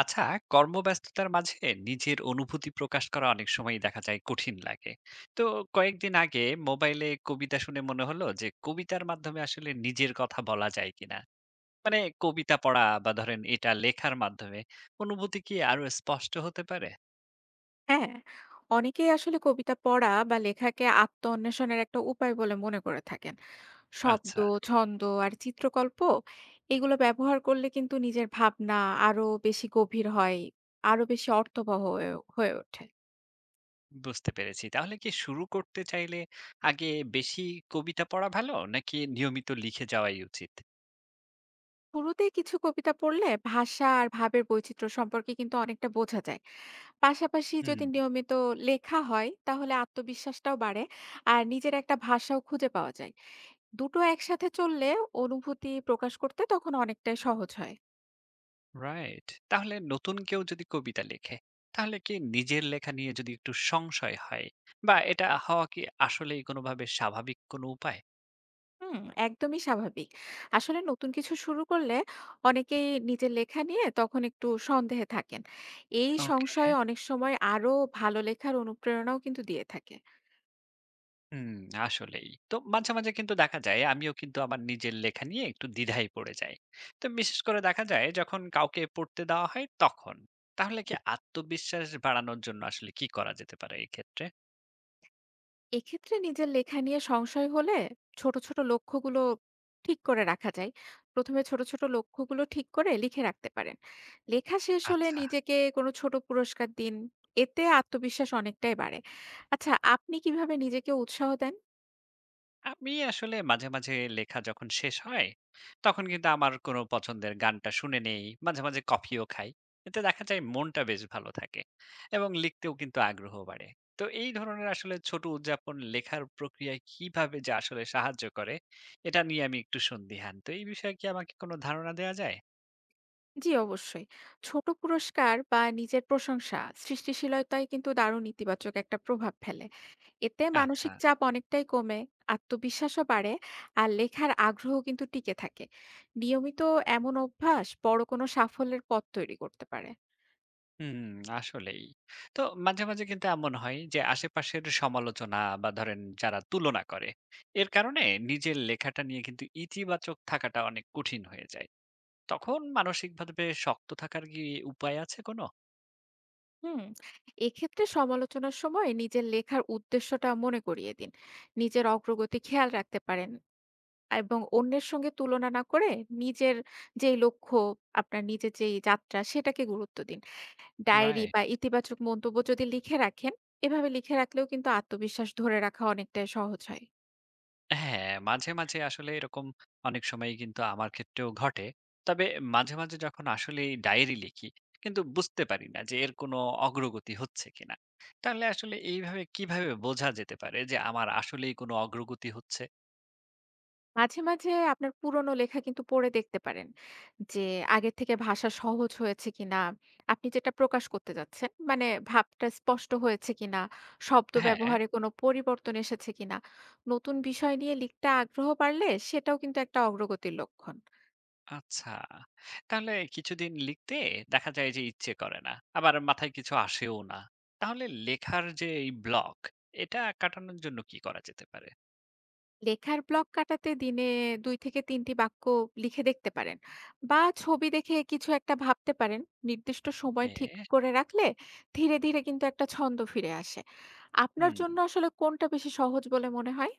আচ্ছা, কর্মব্যস্ততার মাঝে নিজের অনুভূতি প্রকাশ করা অনেক সময় দেখা যায় কঠিন লাগে। তো কয়েকদিন আগে মোবাইলে কবিতা শুনে মনে হলো যে কবিতার মাধ্যমে আসলে নিজের কথা বলা যায় কিনা। মানে কবিতা পড়া বা ধরেন এটা লেখার মাধ্যমে অনুভূতি কি আরো স্পষ্ট হতে পারে? হ্যাঁ, অনেকেই আসলে কবিতা পড়া বা লেখাকে আত্ম-অন্বেষণের একটা উপায় বলে মনে করে থাকেন। শব্দ, আচ্ছা, ছন্দ আর চিত্রকল্প এগুলো ব্যবহার করলে কিন্তু নিজের ভাবনা আরো বেশি গভীর হয়, আরো বেশি অর্থবহ হয়ে হয়ে ওঠে। বুঝতে পেরেছি। তাহলে কি শুরু করতে চাইলে আগে বেশি কবিতা পড়া ভালো নাকি নিয়মিত লিখে যাওয়াই উচিত? শুরুতে কিছু কবিতা পড়লে ভাষা আর ভাবের বৈচিত্র্য সম্পর্কে কিন্তু অনেকটা বোঝা যায়। পাশাপাশি হুম, যদি নিয়মিত লেখা হয় তাহলে আত্মবিশ্বাসটাও বাড়ে আর নিজের একটা ভাষাও খুঁজে পাওয়া যায়। দুটো একসাথে চললে অনুভূতি প্রকাশ করতে তখন অনেকটাই সহজ হয়। রাইট। তাহলে নতুন কেউ যদি কবিতা লেখে, তাহলে কি নিজের লেখা নিয়ে যদি একটু সংশয় হয় বা এটা হওয়া কি আসলেই কোনোভাবে স্বাভাবিক কোনো উপায়? হুম, একদমই স্বাভাবিক। আসলে নতুন কিছু শুরু করলে অনেকেই নিজের লেখা নিয়ে তখন একটু সন্দেহে থাকেন। এই ওকে, সংশয় অনেক সময় আরো ভালো লেখার অনুপ্রেরণাও কিন্তু দিয়ে থাকে। হুম। আসলেই তো মাঝে মাঝে কিন্তু দেখা যায় আমিও কিন্তু আমার নিজের লেখা নিয়ে একটু দ্বিধায় পড়ে যাই। তো বিশেষ করে দেখা যায় যখন কাউকে পড়তে দেওয়া হয় তখন। তাহলে কি আত্মবিশ্বাস বাড়ানোর জন্য আসলে কি করা যেতে পারে এই ক্ষেত্রে? এক্ষেত্রে নিজের লেখা নিয়ে সংশয় হলে ছোট ছোট লক্ষ্যগুলো ঠিক করে রাখা যায়। প্রথমে ছোট, ছোট লক্ষ্যগুলো ঠিক করে লিখে রাখতে পারেন। লেখা শেষ হলে আচ্ছা, নিজেকে কোনো ছোট পুরস্কার দিন। এতে আত্মবিশ্বাস অনেকটাই বাড়ে। আচ্ছা, আপনি কিভাবে নিজেকে উৎসাহ দেন? আমি আসলে মাঝে, মাঝে লেখা যখন শেষ হয়, তখন কিন্তু আমার কোনো পছন্দের গানটা শুনে নেই। মাঝে, মাঝে কফিও খাই। এতে দেখা যায় মনটা বেশ ভালো থাকে এবং লিখতেও কিন্তু আগ্রহ বাড়ে। তো এই ধরনের আসলে ছোট উদযাপন লেখার প্রক্রিয়ায় কিভাবে যে আসলে সাহায্য করে, এটা নিয়ে আমি একটু সন্দিহান। তো এই বিষয়ে কি আমাকে কোনো ধারণা দেয়া যায়? জি অবশ্যই। ছোট পুরস্কার বা নিজের প্রশংসা সৃষ্টিশীলতায় কিন্তু দারুণ ইতিবাচক একটা প্রভাব ফেলে। এতে আচ্ছা। মানসিক চাপ অনেকটাই কমে, আত্মবিশ্বাসও বাড়ে আর লেখার আগ্রহ কিন্তু টিকে থাকে। নিয়মিত এমন অভ্যাস বড় কোনো সাফল্যের পথ তৈরি করতে পারে। হুম, আসলেই। তো মাঝে, মাঝে কিন্তু এমন হয় যে আশেপাশের সমালোচনা বা ধরেন যারা তুলনা করে, এর কারণে নিজের লেখাটা নিয়ে কিন্তু ইতিবাচক থাকাটা অনেক কঠিন হয়ে যায়। তখন মানসিকভাবে শক্ত থাকার কি উপায় আছে কোনো? হুম, এক্ষেত্রে সমালোচনার সময় নিজের লেখার উদ্দেশ্যটা মনে করিয়ে দিন। নিজের অগ্রগতি খেয়াল রাখতে পারেন এবং অন্যের সঙ্গে তুলনা না করে নিজের যেই লক্ষ্য, আপনার নিজের যেই যাত্রা সেটাকে গুরুত্ব দিন। Diary right. বা ইতিবাচক মন্তব্য যদি লিখে রাখেন, এভাবে লিখে রাখলেও কিন্তু আত্মবিশ্বাস ধরে রাখা অনেকটাই সহজ হয়। হ্যাঁ, মাঝে, মাঝে আসলে এরকম অনেক সময়ই কিন্তু আমার ক্ষেত্রেও ঘটে। তবে মাঝে, মাঝে যখন আসলেই ডায়েরি লিখি, কিন্তু বুঝতে পারি না যে এর কোনো অগ্রগতি হচ্ছে কিনা। তাহলে আসলে এইভাবে কিভাবে বোঝা যেতে পারে যে আমার আসলেই কোনো অগ্রগতি হচ্ছে? মাঝে, মাঝে আপনার পুরনো লেখা কিন্তু পড়ে দেখতে পারেন যে আগের থেকে ভাষা সহজ হয়েছে কিনা, আপনি যেটা প্রকাশ করতে যাচ্ছেন মানে ভাবটা স্পষ্ট হয়েছে কিনা, শব্দ হ্যাঁ, ব্যবহারে কোনো পরিবর্তন এসেছে কিনা। নতুন বিষয় নিয়ে লিখতে আগ্রহ বাড়লে সেটাও কিন্তু একটা অগ্রগতির লক্ষণ। আচ্ছা। তাহলে কিছুদিন লিখতে দেখা যায় যে ইচ্ছে করে না। আবার মাথায় কিছু আসেও না। তাহলে লেখার যে এই ব্লক, এটা কাটানোর জন্য কি করা যেতে পারে? লেখার ব্লক কাটাতে দিনে ২ থেকে ৩ টি বাক্য লিখে দেখতে পারেন বা ছবি দেখে কিছু একটা ভাবতে পারেন। নির্দিষ্ট সময় ওকে, ঠিক করে রাখলে ধীরে, ধীরে কিন্তু একটা ছন্দ ফিরে আসে। আপনার হুম। জন্য আসলে কোনটা বেশি সহজ বলে মনে হয়?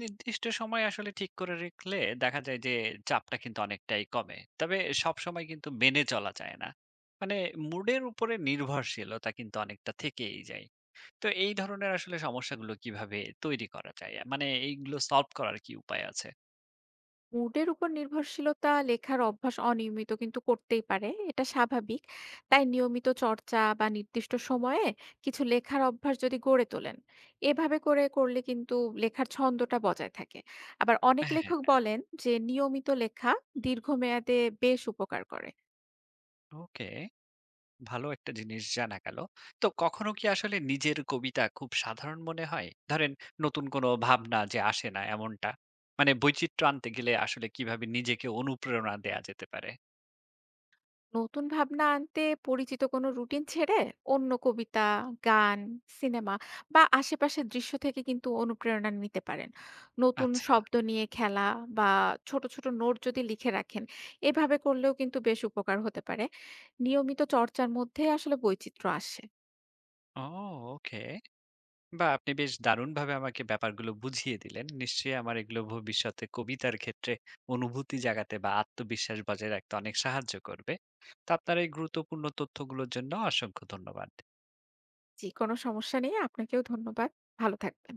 নির্দিষ্ট সময় আসলে ঠিক করে রাখলে দেখা যায় যে চাপটা কিন্তু অনেকটাই কমে। তবে সব সময় কিন্তু মেনে চলা যায় না, মানে মুডের উপরে নির্ভরশীলতা কিন্তু অনেকটা থেকেই যায়। তো এই ধরনের আসলে সমস্যাগুলো কিভাবে তৈরি করা যায়, মানে এইগুলো সলভ করার কি উপায় আছে? মুডের উপর নির্ভরশীলতা লেখার অভ্যাস অনিয়মিত কিন্তু করতেই পারে, এটা স্বাভাবিক। তাই নিয়মিত চর্চা বা নির্দিষ্ট সময়ে কিছু লেখার অভ্যাস যদি গড়ে তোলেন, এভাবে করে করলে কিন্তু লেখার ছন্দটা বজায় থাকে। আবার অনেক হ্যাঁ, লেখক বলেন যে নিয়মিত লেখা দীর্ঘমেয়াদে বেশ উপকার করে। ওকে, ভালো একটা জিনিস জানা গেল। তো কখনো কি আসলে নিজের কবিতা খুব সাধারণ মনে হয়, ধরেন নতুন কোনো ভাবনা যে আসে না এমনটা? মানে বৈচিত্র্য আনতে গেলে আসলে কিভাবে নিজেকে অনুপ্রেরণা দেয়া যেতে পারে? নতুন ভাবনা আনতে পরিচিত কোনো রুটিন ছেড়ে অন্য কবিতা, গান, সিনেমা বা আশেপাশের দৃশ্য থেকে কিন্তু অনুপ্রেরণা নিতে পারেন। নতুন আচ্ছা। শব্দ নিয়ে খেলা বা ছোট ছোট নোট যদি লিখে রাখেন, এভাবে করলেও কিন্তু বেশ উপকার হতে পারে। নিয়মিত চর্চার মধ্যে আসলে বৈচিত্র্য আসে। ও, ওকে। বাহ! আপনি বেশ দারুণভাবে আমাকে ব্যাপারগুলো বুঝিয়ে দিলেন। নিশ্চয়ই আমার এগুলো ভবিষ্যতে কবিতার ক্ষেত্রে অনুভূতি জাগাতে বা আত্মবিশ্বাস বজায় রাখতে অনেক সাহায্য করবে। তো আপনার এই গুরুত্বপূর্ণ তথ্যগুলোর জন্য অসংখ্য ধন্যবাদ। যে কোনো সমস্যা নেই, আপনাকেও ধন্যবাদ। ভালো থাকবেন।